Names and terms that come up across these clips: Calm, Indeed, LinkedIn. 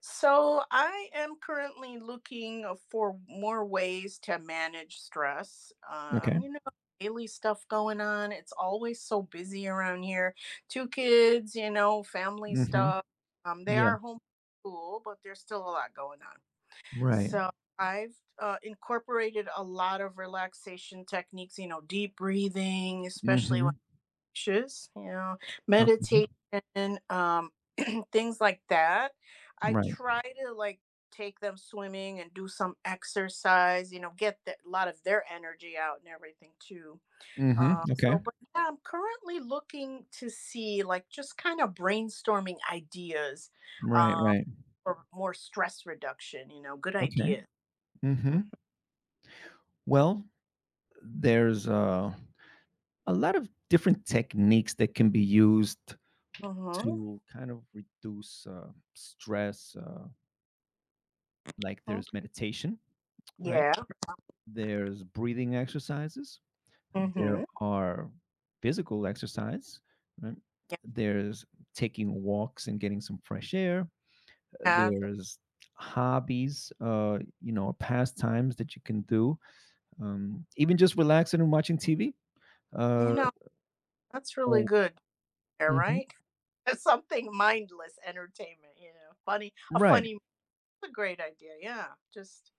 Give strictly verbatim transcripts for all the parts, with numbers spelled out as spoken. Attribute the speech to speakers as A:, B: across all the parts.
A: So I am currently looking uh, for more ways to manage stress.
B: Okay.
A: Um, you know, daily stuff going on. It's always so busy around here. Two kids, you know, family
B: Mhm.
A: stuff. Um, they
B: Yeah.
A: are home school, but there's still a lot going on.
B: Right.
A: So I've uh, incorporated a lot of relaxation techniques, you know, deep breathing, especially
B: Mhm.
A: just, you know,
B: Okay.
A: meditation, um, things like that. I
B: Right.
A: try to like take them swimming and do some exercise, you know, get the, a lot of their energy out and everything too.
B: Mhm.
A: Uh,
B: Okay.
A: so, but yeah, I'm currently looking to see like just kind of brainstorming ideas,
B: Right,
A: um,
B: right.
A: for more stress reduction, you know, good
B: Okay.
A: idea. Mhm.
B: Mhm. Well, there's, uh, a lot of different techniques that can be used
A: Mhm.
B: to kind of reduce, uh, stress, uh, like there's meditation, right?
A: Yeah.
B: There's breathing exercises. There
A: Mhm.
B: are physical exercise, right? There's taking walks and getting some fresh air.
A: Yeah.
B: There's hobbies, uh you know pastimes that you can do, um even just relaxing and watching TV,
A: You
B: uh
A: know, that's really
B: or—
A: good. Yeah,
B: Mhm.
A: right? Something mindless entertainment, you know. Funny, a
B: Right.
A: funny a great idea. Yeah. Just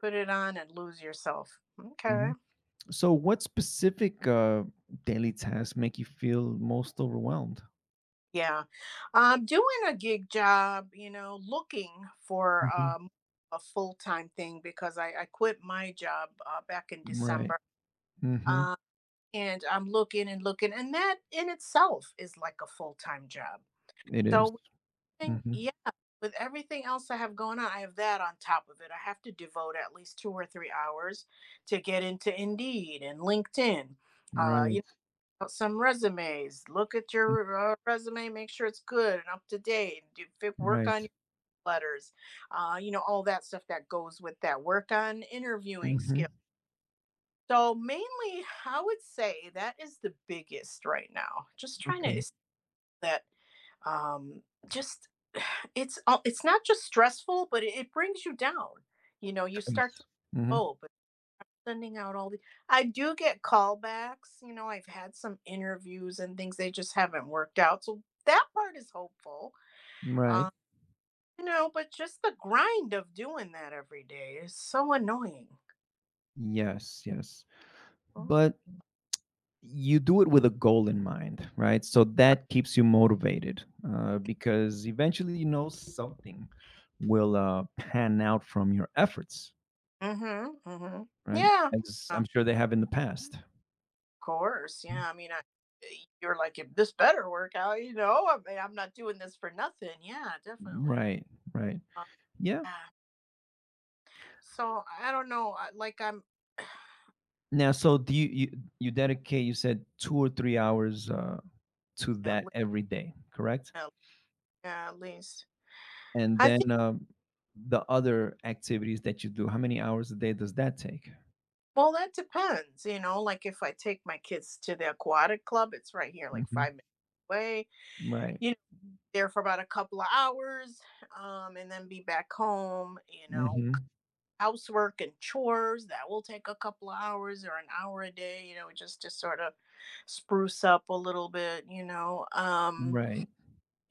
A: put it on and lose yourself. Okay.
B: Mhm. So what specific uh daily tasks make you feel most overwhelmed?
A: Yeah. Um doing a gig job, you know, looking for
B: Mhm.
A: um a full-time thing because I I quit my job uh, back in
B: Right.
A: December.
B: Mm-hmm.
A: Uh, and I'm looking and looking, and that in itself is like a full-time job.
B: It is.
A: So thing,
B: Mm-hmm.
A: yeah, with everything else I have going on, I have that on top of it. I have to devote at least two or three hours to get into Indeed and LinkedIn, uh, you
B: Right.
A: know, some resumes, look at
B: Mm.
A: your, uh, resume, make sure it's good and up to date, do f work on
B: Right.
A: your letters, uh, you know, all that stuff that goes with that, work on interviewing
B: Mm-hmm.
A: skills. So, mainly, I would say that is the biggest right now, just trying to
B: Okay.
A: es that, um, just it's all, it's not just stressful, but it it brings you down. You know, you start to
B: Thanks. Mm-hmm.
A: oh, but sending out all the, I do get callbacks, you know, I've had some interviews and things, they just haven't worked out, so that part is hopeful.
B: Right.
A: Um, you know, but just the grind of doing that every day is so annoying.
B: Yes, yes. But you do it with a goal in mind, right? So that keeps you motivated, uh, because eventually you know something will, uh, pan out from your efforts,
A: Mhm, mhm.
B: right?
A: Yeah.
B: As I'm sure they have in the past.
A: Course, yeah, I mean, I eh, you're like, "If this better work out," you know? I mean, I'm not doing this for nothing. Yeah, definitely.
B: Right, right.
A: Uh,
B: Yeah.
A: yeah. So, I don't know, I like, I'm
B: Now, so do you you, you dedicate? You said two or three hours, uh, to
A: at
B: that
A: le
B: every day, correct?
A: at yeah, at least
B: And
A: I think.
B: then, um, the other activities that you do. How many hours a day does that take?
A: Well, that depends, you know, like, if I take my kids to the aquatic club, it's right here, like,
B: Hmm.
A: five minutes away,
B: Right.
A: you know, there for about a couple of hours, um, and then be back home, you know,
B: Hmm.
A: housework and chores that will take a couple of hours or an hour a day, you know, just to sort of spruce up a little bit, you know. Um,
B: Right.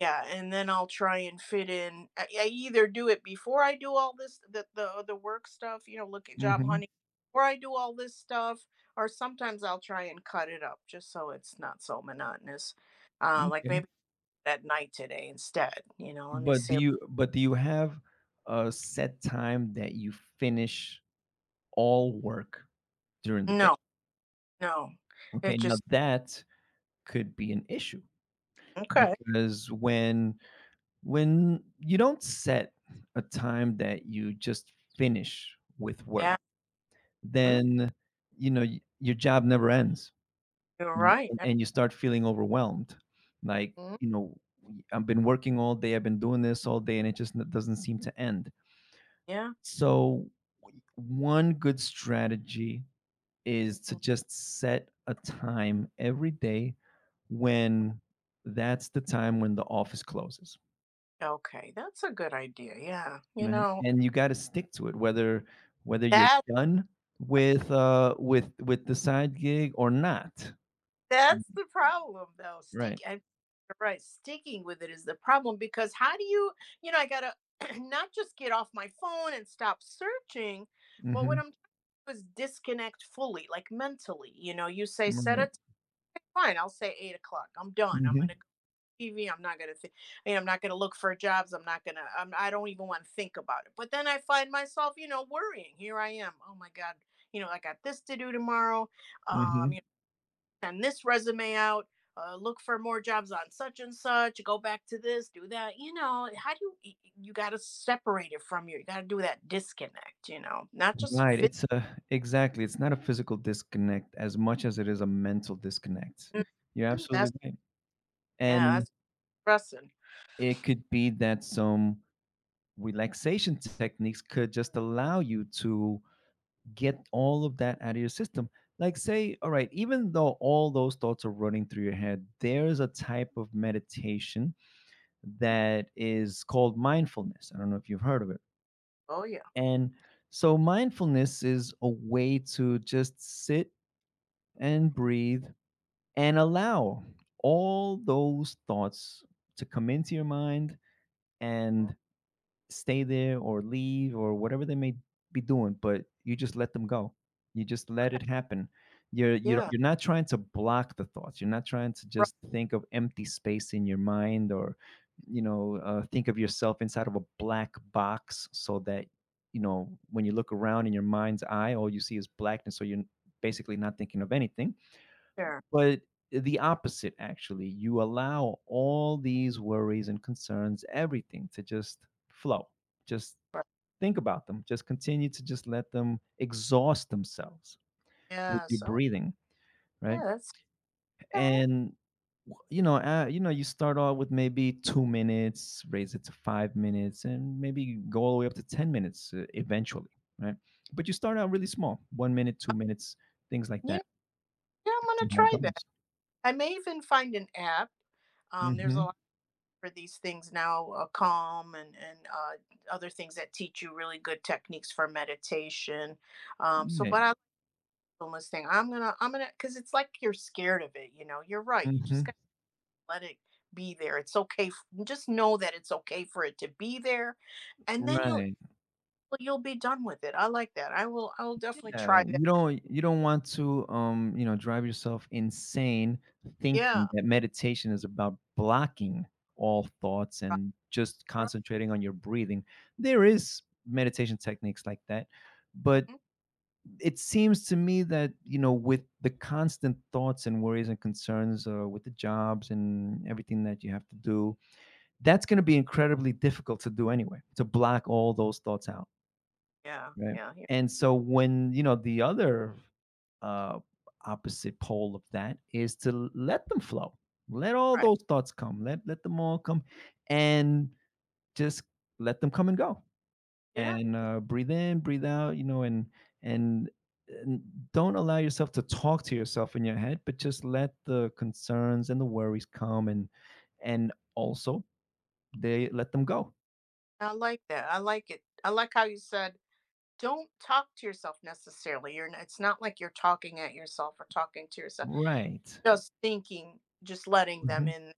A: yeah, and then I'll try and fit in. I, I either do it before I do all this, the, the the work stuff, you know, look at job
B: Hmm.
A: hunting, or I do all this stuff, or sometimes I'll try and cut it up just so it's not so monotonous. Uh, like maybe at night today instead, you know. Let me
B: But do
A: see.
B: you but do you have a set time that you finish all work during the day?
A: No, no,
B: Okay,
A: it
B: now
A: just
B: that could be an issue,
A: okay.
B: because when when you don't set a time that you just finish with work,
A: Yeah, mm,
B: then, you know, y- your job never ends,
A: you're
B: right?
A: right.
B: And, and you start feeling overwhelmed, like,
A: Mm,
B: you know, I've been working all day, I've been doing this all day, and it just n- doesn't seem to end.
A: yeah.
B: So one good strategy is to
A: Mhm.
B: just set a time every day, when that's the time when the office closes,
A: Okay, that's a good idea. Yeah. You
B: right?
A: know,
B: And you got to stick to it, whether whether you're
A: that
B: done with uh with with the side gig or not,
A: that's the problem though. Stick
B: right?
A: I, you're right, sticking with it is the problem because how do you, you know, I got to not just get off my phone and stop searching, but what
B: Hmm.
A: I'm trying to do is disconnect fully, like mentally. You know, you say set a
B: Right.
A: time, fine, I'll say eight o'clock. I'm done. I'm
B: Hmm.
A: gonna T V. I'm not gonna, th- I mean, I'm not gonna look for jobs. I'm not gonna. I'm, I don't even want to think about it. But then I find myself, you know, worrying. Here I am. Oh my god. You know, I got this to do tomorrow. Um,
B: Hmm.
A: you know, send this resume out. Uh, look for more jobs on such and such. Go back to this. Do that. You know, how do you? You got to separate it from you. You got to do that disconnect. You know, not just
B: Right.
A: fit.
B: it's a Exactly, it's not a physical disconnect as much as it is a mental disconnect. You're
A: Mm,
B: absolutely
A: that's
B: right.
A: yeah.
B: And
A: That's stressing.
B: it could be that some relaxation techniques could just allow you to get all of that out of your system. Like, say, all right, even though all those thoughts are running through your head, there's a type of meditation that is called mindfulness. I don't know if you've heard of it.
A: Oh yeah.
B: And so mindfulness is a way to just sit and breathe and allow all those thoughts to come into your mind
A: Mhm.
B: and stay there or leave or whatever they may be doing, but you just let them go. You just let it happen. You're you're
A: Yeah.
B: you're not trying to block the thoughts. You're not trying to
A: Right
B: just think of empty space in your mind or, you know uh, think of yourself inside of a black box, so that, you know, when you look around in your mind's eye, all you see is blackness, so you're basically not thinking of anything,
A: there.
B: but the opposite, actually, you allow all these worries and concerns, everything, to just flow. Just
A: Right.
B: think about them. Just continue to just let them exhaust themselves with
A: Yeah.
B: your
A: So
B: breathing,
A: yeah.
B: right?
A: That's okay.
B: And w- you know, uh, you know, you start off with maybe two minutes, raise it to five minutes, and maybe go all the way up to ten minutes, uh, eventually, right? But you start out really small, one minute, two minutes, things like
A: You
B: that.
A: know, yeah, I'm gonna
B: See how it
A: try that.
B: goes.
A: I may even find an app. Um, there's a
B: Mm-hmm.
A: lot for these things now, uh, Calm and and uh, other things that teach you really good techniques for meditation. Um, so, but
B: Yeah.
A: I like this thing. I'm gonna, I'm gonna, because it's like you're scared of it. You know, you're right. You just
B: Mm-hmm.
A: gotta let it be there. It's okay. f- Just know that it's okay for it to be there, and then you'll
B: Right.
A: you'll be done with it. I like that. I will. I will definitely
B: Yeah,
A: try that.
B: you don't you don't want to, um, you know, drive yourself insane
A: Yeah.
B: thinking that meditation is about blocking all thoughts and just
A: Right.
B: concentrating on your breathing. There is meditation techniques like that, but
A: Mhm.
B: it seems to me that, you know, with the constant thoughts and worries and concerns, uh, with the jobs and everything that you have to do, that's going to be incredibly difficult to do anyway, to block all those thoughts out.
A: Yeah.
B: Right.
A: Yeah. Yeah.
B: And so, when, you know, the other uh opposite pole of that is to l- let them flow. Let all
A: Right.
B: those thoughts come. Let let them all come, and just let them come and go.
A: Yeah.
B: And, uh breathe in, breathe out, you know, and and and don't allow yourself to talk to yourself in your head, but just let the concerns and the worries come, and and also, they, let them go.
A: I like that. I like it. I like how you said, "Don't talk to yourself necessarily. You're not it's not like you're talking at yourself or talking to yourself.
B: Right.
A: Just thinking, just letting them
B: Hmm.
A: in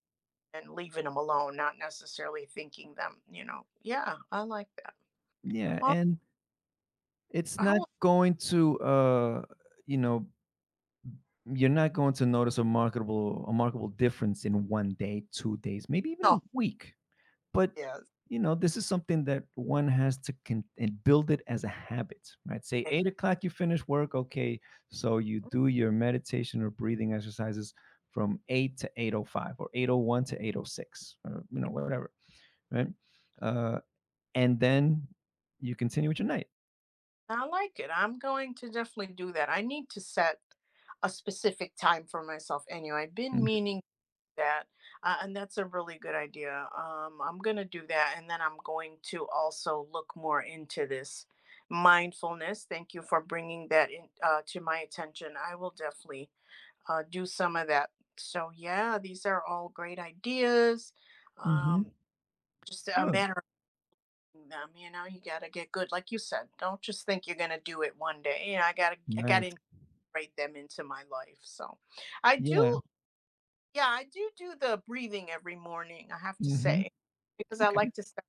A: and leaving them alone, not necessarily thinking them, you know." Yeah, I like that.
B: Yeah.
A: Oh,
B: And it's
A: I
B: not
A: will
B: going to, uh, you know, you're not going to notice a marketable, a markable difference in one day, two days, maybe even a
A: oh,
B: week. But
A: yes.
B: you know, this is something that one has to con- and build it as a habit, right? Say
A: Ex,
B: eight o'clock, you finish work. Okay, so you do your meditation or breathing exercises from eight to eight o five, or eight o one to eight o six, or, you know, whatever, right? Uh, and then you continue with your night.
A: I like it. I'm going to definitely do that. I need to set a specific time for myself anyway. I've been
B: Mhm.
A: meaning that, uh, and that's a really good idea. Um, I'm gonna do that, and then I'm going to also look more into this mindfulness. Thank you for bringing that in uh, to my attention. I will definitely uh, do some of that. So yeah, these are all great ideas.
B: Mhm.
A: Um, just a
B: Sure.
A: matter of doing them. You know, you gotta get good, like you said. Don't just think you're gonna do it one day. You know, I gotta I gotta
B: Right.
A: incorporate them into my life. So, I
B: Yeah.
A: do yeah, I do do the breathing every morning, I have to
B: Mhm.
A: say, because I
B: Okay.
A: like to start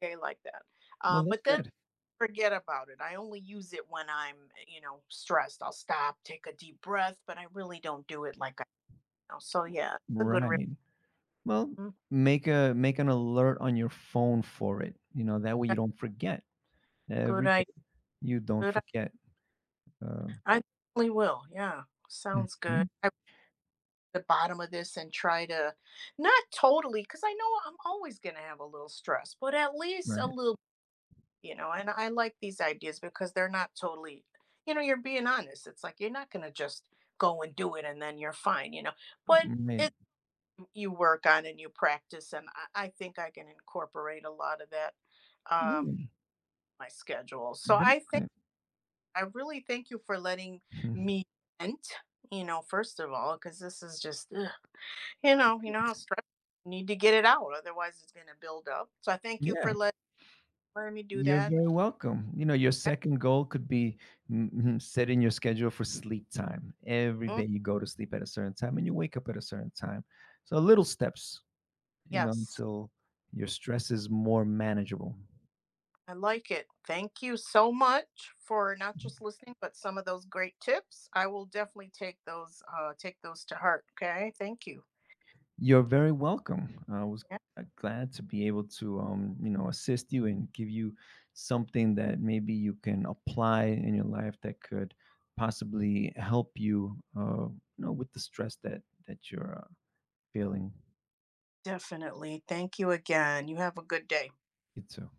A: the day like that.
B: Well,
A: Um,
B: that's
A: but then
B: good.
A: forget about it. I only use it when I'm, eh, you know, stressed. I'll stop, take a deep breath, but I really don't do it like I know. So yeah, it's a good re-
B: Right. Well,
A: mm,
B: make a make an alert on your phone for it. You know, that way
A: yeah,
B: you don't forget.
A: good
B: Every day
A: idea.
B: you don't
A: Good. i-
B: forget. Uh,
A: I definitely will. Yeah, sounds good.
B: mhm.
A: I the bottom of this and try to not totally, because I know I'm always going to have a little stress, but at least a
B: Right.
A: little. You know, and I like these ideas because they're not totally, you know, you're being honest. It's like you're not going to just go and do it and then you're fine, you know. But
B: Right.
A: it you work on and you practice, and I, I think I can incorporate a lot of that um in
B: Yeah.
A: my schedule. So I think
B: Definitely.
A: I really thank you for letting
B: Mhm.
A: me vent, you know, first of all, because this is just ugh. You know, you know how
B: Great.
A: stressful, need to get it out, otherwise it's gonna build up. So I thank you
B: Yeah.
A: for letting letting me do
B: You're
A: that.
B: very welcome. You know, your
A: Yeah.
B: second goal could be, mhm, setting your schedule for sleep time. Every
A: Mm,
B: day you go to sleep at a certain time and you wake up at a certain time. So little steps, you know,
A: yes.
B: until your stress is more manageable.
A: I like it. Thank you so much for not just listening, but some of those great tips. I will definitely take those uh take those to heart, okay? Thank you.
B: You're very welcome. I was,
A: Yeah,
B: uh, glad to be able to, um, you know, assist you and give you something that maybe you can apply in your life that could possibly help you, uh, you know, with the stress that that you're, uh, feeling.
A: definitely. Thank you again. You have a good day.
B: You too.